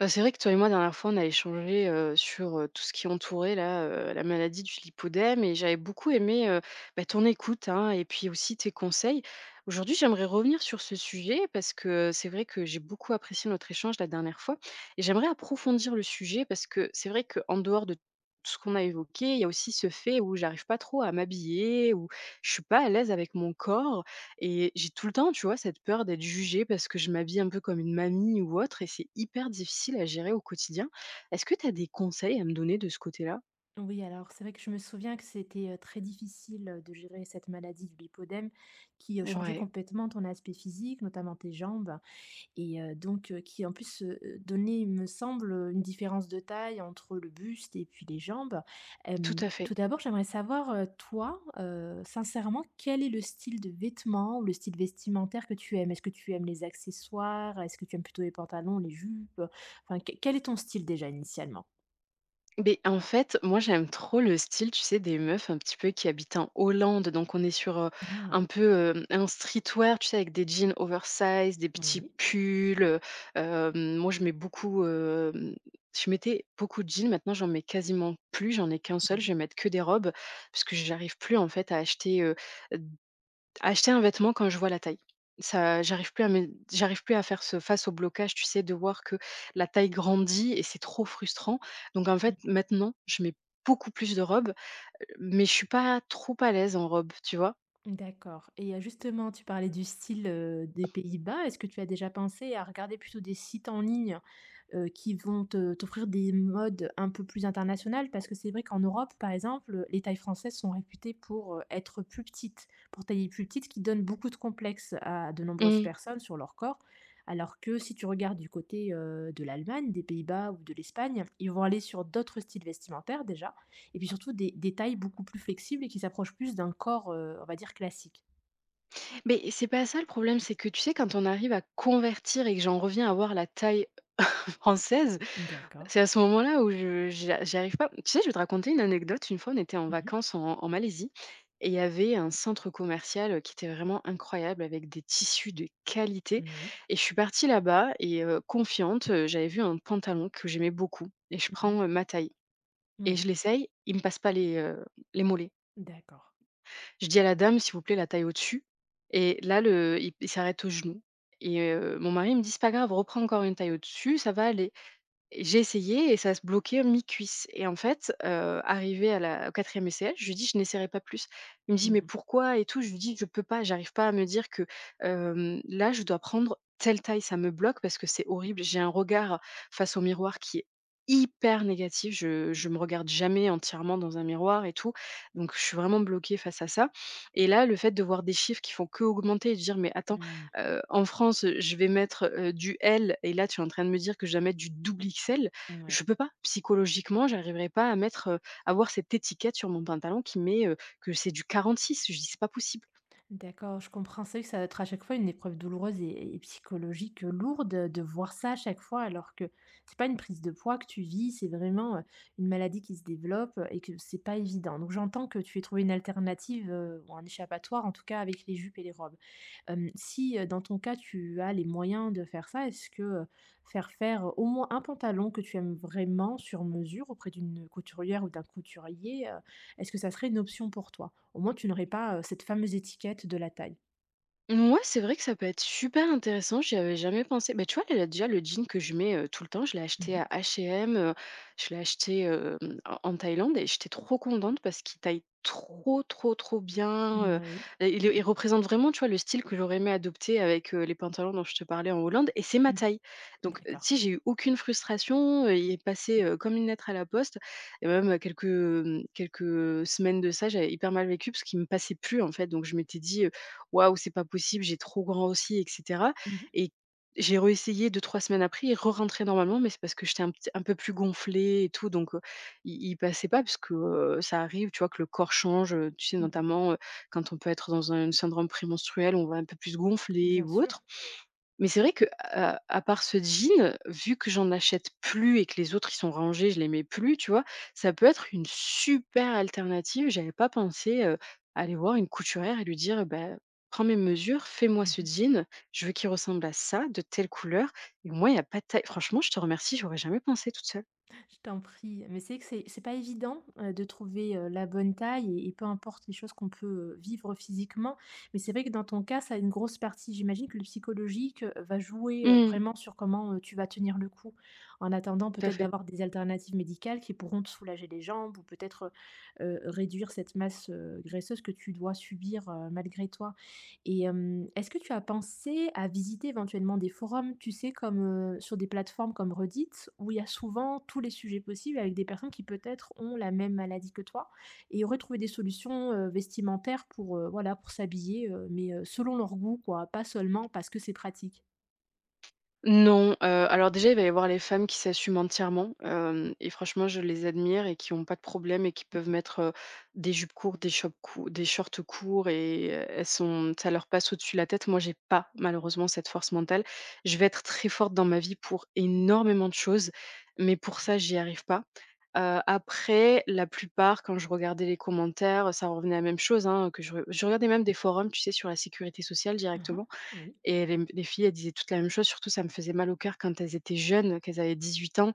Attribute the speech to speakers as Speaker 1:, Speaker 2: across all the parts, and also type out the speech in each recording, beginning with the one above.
Speaker 1: Bah, c'est vrai que toi et moi, la dernière fois, on a échangé sur tout ce qui entourait là, la maladie du lipodème et j'avais beaucoup aimé bah, ton écoute, hein, et puis aussi tes conseils. Aujourd'hui, j'aimerais revenir sur ce sujet parce que c'est vrai que j'ai beaucoup apprécié notre échange la dernière fois et j'aimerais approfondir le sujet parce que c'est vrai qu'en dehors de tout ce qu'on a évoqué, il y a aussi ce fait où j'arrive pas trop à m'habiller, où je suis pas à l'aise avec mon corps. Et j'ai tout le temps, tu vois, cette peur d'être jugée parce que je m'habille un peu comme une mamie ou autre et c'est hyper difficile à gérer au quotidien. Est-ce que tu as des conseils à me donner de ce côté-là?
Speaker 2: Oui, alors c'est vrai que je me souviens que c'était très difficile de gérer cette maladie du lipodème qui changeait
Speaker 1: Ouais,
Speaker 2: complètement ton aspect physique, notamment tes jambes, et donc qui en plus donnait, il me semble, une différence de taille entre le buste et puis les jambes.
Speaker 1: tout à fait.
Speaker 2: Tout d'abord, j'aimerais savoir, toi, sincèrement, quel est le style de vêtements ou le style vestimentaire que tu aimes? Est-ce que tu aimes les accessoires? Est-ce que tu aimes plutôt les pantalons, les jupes? Enfin, quel est ton style déjà initialement?
Speaker 1: Beh, en fait, moi, j'aime trop le style, tu sais, des meufs un petit peu qui habitent en Hollande. Donc, on est sur un
Speaker 2: Ah,
Speaker 1: peu un streetwear, tu sais, avec des jeans oversize, des petits
Speaker 2: oui.
Speaker 1: pulls. Euh, Moi, je mets beaucoup. Je mettais beaucoup de jeans. Maintenant, j'en mets quasiment plus. J'en ai qu'un seul. Je vais mettre que des robes parce que j'arrive plus, en fait, à acheter un vêtement quand je vois la taille. Ça, j'arrive plus à faire ce face au blocage, tu sais, de voir que la taille grandit et c'est trop frustrant. Donc en
Speaker 2: Mhm.
Speaker 1: fait, maintenant, je mets beaucoup plus de robes, mais je suis pas trop à l'aise en robe, tu vois?
Speaker 2: D'accord, et justement, tu parlais du style, des Pays-Bas. Est-ce que tu as déjà pensé à regarder plutôt des sites en ligne? Qui vont te t'offrir des modes un peu plus internationales. Parce que c'est vrai qu'en Europe, par exemple, les tailles françaises sont réputées pour, être plus petites, pour tailler plus petites, qui donne beaucoup de complexes à de nombreuses
Speaker 1: Mmh.
Speaker 2: personnes sur leur corps. Alors que si tu regardes du côté, de l'Allemagne, des Pays-Bas ou de l'Espagne, ils vont aller sur d'autres styles vestimentaires déjà, et puis surtout des tailles beaucoup plus flexibles et qui s'approchent plus d'un corps, on va dire classique.
Speaker 1: Mais c'est pas ça le problème, c'est que tu sais, quand on arrive à convertir et que j'en reviens à voir la taille française.
Speaker 2: D'accord.
Speaker 1: C'est à ce moment-là où je j'a j'y arrive pas. Tu sais, je vais te raconter une anecdote. Une fois, on était en
Speaker 2: Mmh mh.
Speaker 1: vacances en Malaisie et il y avait un centre commercial, qui était vraiment incroyable avec des tissus de qualité
Speaker 2: Moui.
Speaker 1: et je suis partie là-bas et confiante, j'avais vu un pantalon que j'aimais beaucoup et je
Speaker 2: Mmh.
Speaker 1: prends, ma taille et
Speaker 2: Oui.
Speaker 1: je l'essaye, il me passe pas les mollets.
Speaker 2: D'accord.
Speaker 1: Je dis à la dame: «S'il vous plaît, la taille au-dessus» et là, le il s'arrête au genou et mon mari me dit: «C'est pas grave, reprends encore une taille au-dessus, ça va aller». Et j'ai essayé et ça se bloquait mi-cuisse et en fait, arrivée à la au 4e essai, je lui dis: «Je n'essaierai pas plus». Il me dit:
Speaker 2: Mmh
Speaker 1: «Mais
Speaker 2: mh.
Speaker 1: pourquoi?» et tout. Je lui dis: «Je peux pas, j'arrive pas à me dire que, là, je dois prendre telle taille». Ça me bloque parce que c'est horrible. J'ai un regard face au miroir qui est hyper négatif. Je me regarde jamais entièrement dans un miroir et tout, donc je suis vraiment bloquée face à ça et là, le fait de voir des chiffres qui font qu'augmenter et de dire: «Mais attends,
Speaker 2: Mmh.
Speaker 1: En France, je vais mettre, du L et là, tu es en train de me dire que je dois mettre du double XL. Je peux pas. Psychologiquement, j'arriverai pas à avoir cette étiquette sur mon pantalon qui met, que c'est du 46. Je dis: «C'est pas possible».
Speaker 2: D'accord, je comprends. C'est vrai que ça va être à chaque fois une épreuve douloureuse et psychologique lourde de voir ça à chaque fois, alors que c'est pas une prise de poids que tu vis, c'est vraiment une maladie qui se développe et que c'est pas évident. Donc j'entends que tu aies trouvé une alternative ou un échappatoire, en tout cas avec les jupes et les robes. Si, dans ton cas, tu as les moyens de faire ça, est-ce que, faire faire, au moins un pantalon que tu aimes vraiment sur mesure auprès d'une couturière ou d'un couturier, est-ce que ça serait une option pour toi? Au moins tu n'aurais pas, cette fameuse étiquette de la taille.
Speaker 1: Ouais, c'est vrai que ça peut être super intéressant, j'y avais jamais pensé. Mais tu vois, là, déjà, le jean que je mets, tout le temps, je l'ai
Speaker 2: Mmh
Speaker 1: acheté
Speaker 2: mh.
Speaker 1: à H&M, je l'ai acheté, en Thaïlande et j'étais trop contente parce qu'il taille trop, trop, trop bien,
Speaker 2: Moui.
Speaker 1: et il représente vraiment, tu vois, le style que j'aurais aimé adopter avec, les pantalons dont je te parlais en Hollande et c'est ma
Speaker 2: Mmh.
Speaker 1: taille. Donc,
Speaker 2: D'accord.
Speaker 1: tu sais, j'ai eu aucune frustration, il est passé, comme une lettre à la poste et même, quelques semaines de ça, j'avais hyper mal vécu parce qu'il me passait plus, en fait. Donc je m'étais dit, waouh, c'est pas possible, j'ai trop grand aussi, et cetera.
Speaker 2: Mmh.
Speaker 1: Et j'ai réessayé deux trois semaines après, il re-rentrait normalement, mais c'est parce que j'étais un peu plus gonflée et tout, donc il passait pas parce que, ça arrive, tu vois, que le corps change, tu sais,
Speaker 2: Oui,
Speaker 1: notamment, quand on peut être dans un syndrome prémenstruel, on va un peu plus gonfler
Speaker 2: bien
Speaker 1: ou
Speaker 2: sûr.
Speaker 1: autre. Mais c'est vrai que, à part ce jean, vu que j'en achète plus et que les autres, ils sont rangés, je les mets plus, tu vois? Ça peut être une super alternative. J'avais pas pensé, aller voir une couturière et lui dire: «Bah, prends mes mesures, fais-moi ce
Speaker 2: Mmh.
Speaker 1: jean, je veux qu'il ressemble à ça, de telle couleur» et moi, il y a pas de taille. Franchement, je te remercie, j'aurais jamais pensé toute seule.
Speaker 2: Je t'en prie. Mais c'est que c'est pas évident, de trouver, la bonne taille, et peu importe les choses qu'on peut, vivre physiquement. Mais c'est vrai que dans ton cas, ça a une grosse partie. J'imagine que le psychologique, va jouer,
Speaker 1: Mmh,
Speaker 2: vraiment sur comment, tu vas tenir le coup. En attendant
Speaker 1: tout à
Speaker 2: peut-être
Speaker 1: fait.
Speaker 2: d'avoir des alternatives médicales qui pourront te soulager les jambes, ou peut-être réduire cette masse, graisseuse que tu dois subir, malgré toi. Et est-ce que tu as pensé à visiter éventuellement des forums, tu sais, comme, sur des plateformes comme Reddit, où il y a souvent tous les sujets possibles avec des personnes qui peut-être ont la même maladie que toi et auraient trouvé des solutions, vestimentaires pour, voilà, pour s'habiller, mais, selon leur goût quoi, pas seulement parce que c'est pratique?
Speaker 1: Non, alors déjà, il va y avoir les femmes qui s'assument entièrement, hem et franchement, je les admire et qui n'ont pas de problème et qui peuvent mettre, des jupes courtes, des shop cou des shorts courts et elles sont ça leur passe au-dessus de la tête. Moi, j'ai pas, malheureusement, cette force mentale. Je vais être très forte dans ma vie pour énormément de choses, mais pour ça, j'y arrive pas. Après, la plupart, quand je regardais les commentaires, ça revenait à la même chose, hein, que je regardais même des forums, tu sais, sur la sécurité sociale
Speaker 2: Mmh.
Speaker 1: directement
Speaker 2: Oui,
Speaker 1: et les filles, elles disaient toutes la même chose, surtout ça me faisait mal au cœur quand elles étaient jeunes, qu'elles avaient 18 ans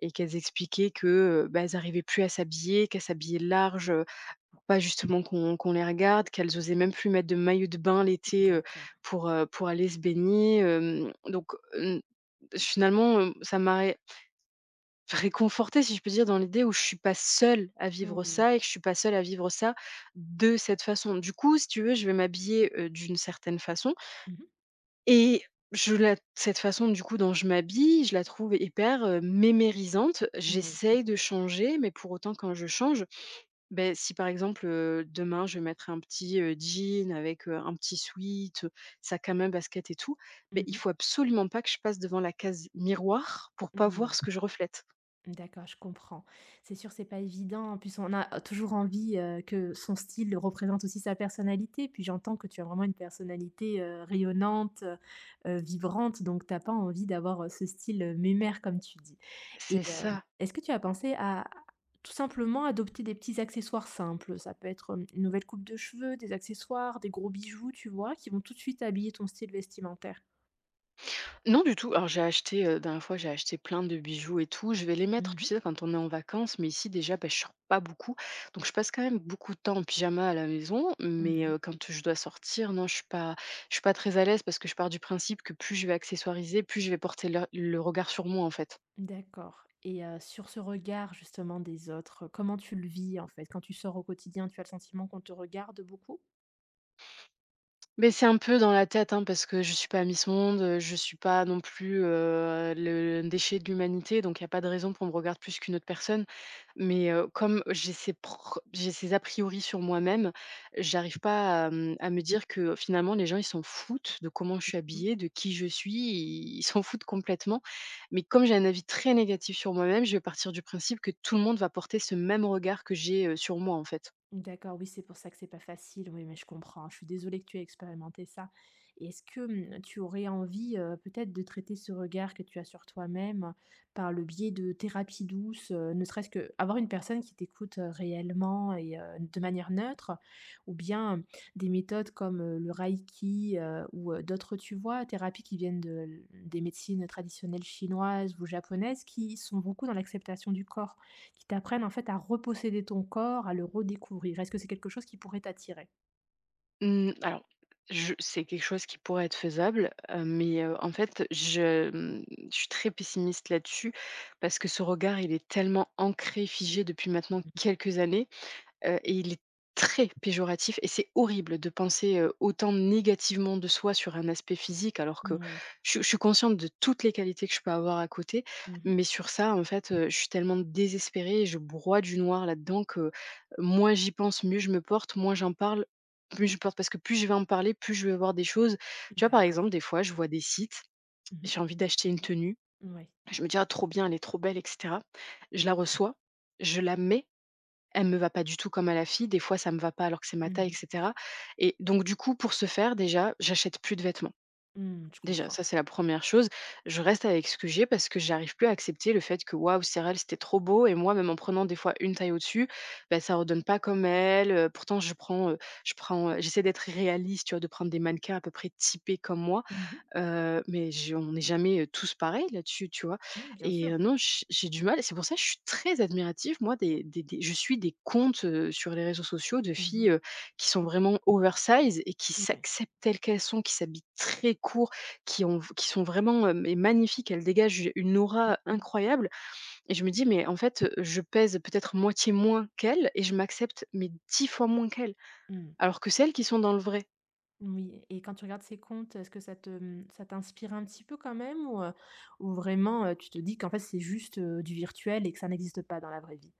Speaker 1: et qu'elles expliquaient que, bah, elles n'arrivaient plus à s'habiller, qu'elles s'habillaient large, pour pas justement qu'on les regarde, qu'elles osaient même plus mettre de maillot de bain l'été,
Speaker 2: d'accord.
Speaker 1: pour aller se baigner, donc n finalement, ça m'a ré réconfortée, si je peux dire, dans l'idée où je suis pas seule à vivre
Speaker 2: Oui.
Speaker 1: ça et que je suis pas seule à vivre ça de cette façon. Du coup, si tu veux, je vais m'habiller, d'une certaine façon
Speaker 2: Mmh.
Speaker 1: et je la cette façon du coup dont je m'habille, je la trouve hyper, mémérisante.
Speaker 2: Oui.
Speaker 1: J'essaye de changer, mais pour autant quand je change, ben si par exemple, demain je vais mettre un petit, jean avec, un petit sweat, sac à main, basket et tout, ben il
Speaker 2: Mmh
Speaker 1: faut absolument pas que je passe devant la case miroir pour pas
Speaker 2: mh.
Speaker 1: voir ce que je reflète.
Speaker 2: D'accord, je comprends. C'est sûr, c'est pas évident. En plus, on a toujours envie, que son style représente aussi sa personnalité. Puis j'entends que tu as vraiment une personnalité, rayonnante, vibrante, donc t'as pas envie d'avoir, ce style, mémère comme tu dis. Et
Speaker 1: C'est ça.
Speaker 2: est-ce que tu as pensé à tout simplement adopter des petits accessoires simples? Ça peut être, une nouvelle coupe de cheveux, des accessoires, des gros bijoux, tu vois? Qui vont tout de suite habiller ton style vestimentaire.
Speaker 1: Non du tout. Alors j'ai acheté, dernière fois, j'ai acheté plein de bijoux et tout. Je vais les mettre,
Speaker 2: Mmh
Speaker 1: tu
Speaker 2: mh.
Speaker 1: sais, quand on est en vacances, mais ici déjà, ben je sors pas beaucoup. Donc je passe quand même beaucoup de temps en pyjama à la maison, mais
Speaker 2: Moui.
Speaker 1: quand je dois sortir, non, je suis pas très à l'aise parce que je pars du principe que plus je vais accessoiriser, plus je vais porter le regard sur moi, en fait.
Speaker 2: D'accord, et sur ce regard justement des autres, comment tu le vis en fait? Quand tu sors au quotidien, tu as le sentiment qu'on te regarde beaucoup?
Speaker 1: Mais c'est un peu dans la tête, hein, parce que je suis pas Miss Monde, je suis pas non plus, le déchet de l'humanité, donc il y a pas de raison qu'on me regarde plus qu'une autre personne. Mais, comme j'ai ces pr j'ai ces a priori sur moi-même, j'arrive pas à me dire que finalement les gens ils s'en foutent de comment je suis
Speaker 2: Mmh.
Speaker 1: habillée, de qui je suis, ils s'en foutent complètement. Mais comme j'ai un avis très négatif sur moi-même, je vais partir du principe que tout le monde va porter ce même regard que j'ai, sur moi, en fait.
Speaker 2: D'accord, oui, c'est pour ça que c'est pas facile. Oui, mais je comprends. Je suis désolée que tu aies expérimenté ça. Et est-ce que tu aurais envie peut-être de traiter ce regard que tu as sur toi-même par le biais de thérapies douces, ne serait-ce que avoir une personne qui t'écoute réellement et de manière neutre, ou bien des méthodes comme le Reiki, ou d'autres, tu vois, thérapies qui viennent de, mmh, des médecines traditionnelles chinoises ou japonaises qui sont beaucoup dans l'acceptation du corps. Qui t'apprennent en fait à reposséder ton corps, à le redécouvrir. Est-ce que c'est quelque chose qui pourrait t'attirer?
Speaker 1: Mmh, alors, je c'est quelque chose qui pourrait être faisable, mais en fait, je suis très pessimiste là-dessus parce que ce regard, il est tellement ancré, figé depuis maintenant quelques années. Et il est très péjoratif et c'est horrible de penser, autant négativement de soi sur un aspect physique alors que
Speaker 2: Moui.
Speaker 1: je suis consciente de toutes les qualités que je peux avoir à côté,
Speaker 2: Mmh mh.
Speaker 1: mais sur ça, en fait, je suis tellement désespérée et je broie du noir là-dedans que moins j'y pense, mieux je me porte, moins j'en parle, plus je porte parce que plus je vais en parler, plus je vais voir des choses. Tu vois, par
Speaker 2: D'accord.
Speaker 1: exemple, des fois, je vois des sites,
Speaker 2: Mmh mh.
Speaker 1: j'ai envie d'acheter une tenue,
Speaker 2: Ouais.
Speaker 1: je me dis: «Ah trop bien, elle est trop belle» et cetera. Je la reçois, je la mets elle me va pas du tout comme à la fille. Des fois, ça me va pas alors que c'est ma taille, et
Speaker 2: Mmh.
Speaker 1: cetera et donc du coup, pour ce faire, déjà, j'achète plus de vêtements.
Speaker 2: Mmh, je
Speaker 1: Déjà,
Speaker 2: comprends.
Speaker 1: ça, c'est la première chose. Je reste avec ce que j'ai parce que j'arrive plus à accepter le fait que, waouh, sur elle, c'était trop beau et moi, même en prenant des fois une taille au-dessus, bah, ça redonne pas comme elle, pourtant j'essaie d'être réaliste, tu vois? De prendre des mannequins à peu près typés comme moi.
Speaker 2: Mmh.
Speaker 1: Mais je on n'est jamais, tous pareils là-dessus, tu vois?
Speaker 2: Oui, bien
Speaker 1: Et
Speaker 2: sûr.
Speaker 1: non, j'ai du mal c'est pour ça que je suis très admirative moi des je suis des comptes, sur les réseaux sociaux de
Speaker 2: Mmh mh.
Speaker 1: filles, qui sont vraiment oversize et qui
Speaker 2: Ouais.
Speaker 1: s'acceptent telles qu'elles sont, qui s'habillent très court, qui sont vraiment, mais magnifiques. Elles dégagent une aura
Speaker 2: Mmh.
Speaker 1: incroyable et je me dis: «Mais en fait, je pèse peut-être moitié moins qu'elles et je m'accepte mais 10 fois moins qu'elles».
Speaker 2: Mmh.
Speaker 1: Alors que celles qui sont dans le vrai.
Speaker 2: Oui, et quand tu regardes ces comptes, est-ce que ça t'inspire un petit peu quand même, ou vraiment, tu te dis qu'en fait c'est juste, du virtuel et que ça n'existe pas dans la vraie vie?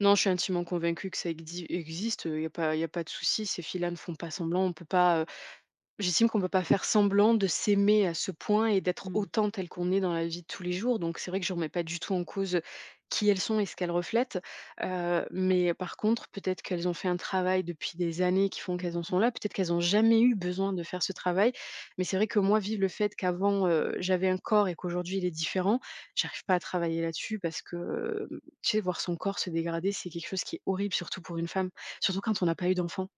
Speaker 1: Non, je suis intimement convaincue que ça existe, il y a pas de souci. Ces filles-là ne font pas semblant. On peut pas, J'estime qu'on peut pas faire semblant de s'aimer à ce point et d'être
Speaker 2: Mmh.
Speaker 1: autant telle qu'on est dans la vie de tous les jours. Donc c'est vrai que je remets pas du tout en cause qui elles sont et ce qu'elles reflètent. Mais par contre, peut-être qu'elles ont fait un travail depuis des années qui font qu'elles en
Speaker 2: Mmh.
Speaker 1: sont là. Peut-être qu'elles n'ont jamais eu besoin de faire ce travail. Mais c'est vrai que moi, vivre le fait qu'avant, j'avais un corps et qu'aujourd'hui il est différent, j'arrive pas à travailler là-dessus parce que, tu sais, voir son corps se dégrader, c'est quelque chose qui est horrible, surtout pour une femme, surtout quand on n'a pas eu d'enfant.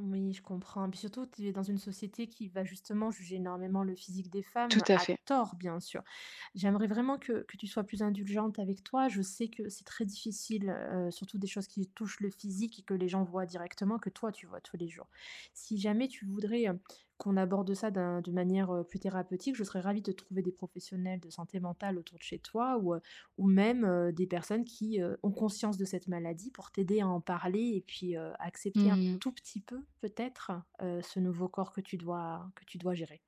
Speaker 2: Oui, je comprends. Puis surtout, tu es dans une société qui va justement juger énormément le physique des
Speaker 1: Tout
Speaker 2: femmes,
Speaker 1: à
Speaker 2: à
Speaker 1: fait.
Speaker 2: tort, bien sûr. J'aimerais vraiment que tu sois plus indulgente avec toi. Je sais que c'est très difficile, surtout des choses qui touchent le physique et que les gens voient directement, que toi tu vois tous les jours. Si jamais tu voudrais, qu'on aborde ça d'un de manière, plus thérapeutique, je serais ravie de trouver des professionnels de santé mentale autour de chez toi, ou même, des personnes qui, ont conscience de cette maladie pour t'aider à en parler, et puis, accepter un
Speaker 1: Mmh.
Speaker 2: tout petit peu peut-être, ce nouveau corps que tu dois gérer.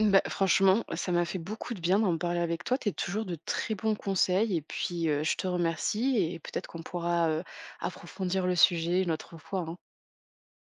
Speaker 1: Bah, franchement, ça m'a fait beaucoup de bien d'en parler avec toi. Tu es toujours de très bons conseils et puis, je te remercie et peut-être qu'on pourra, approfondir le sujet une autre fois, hein.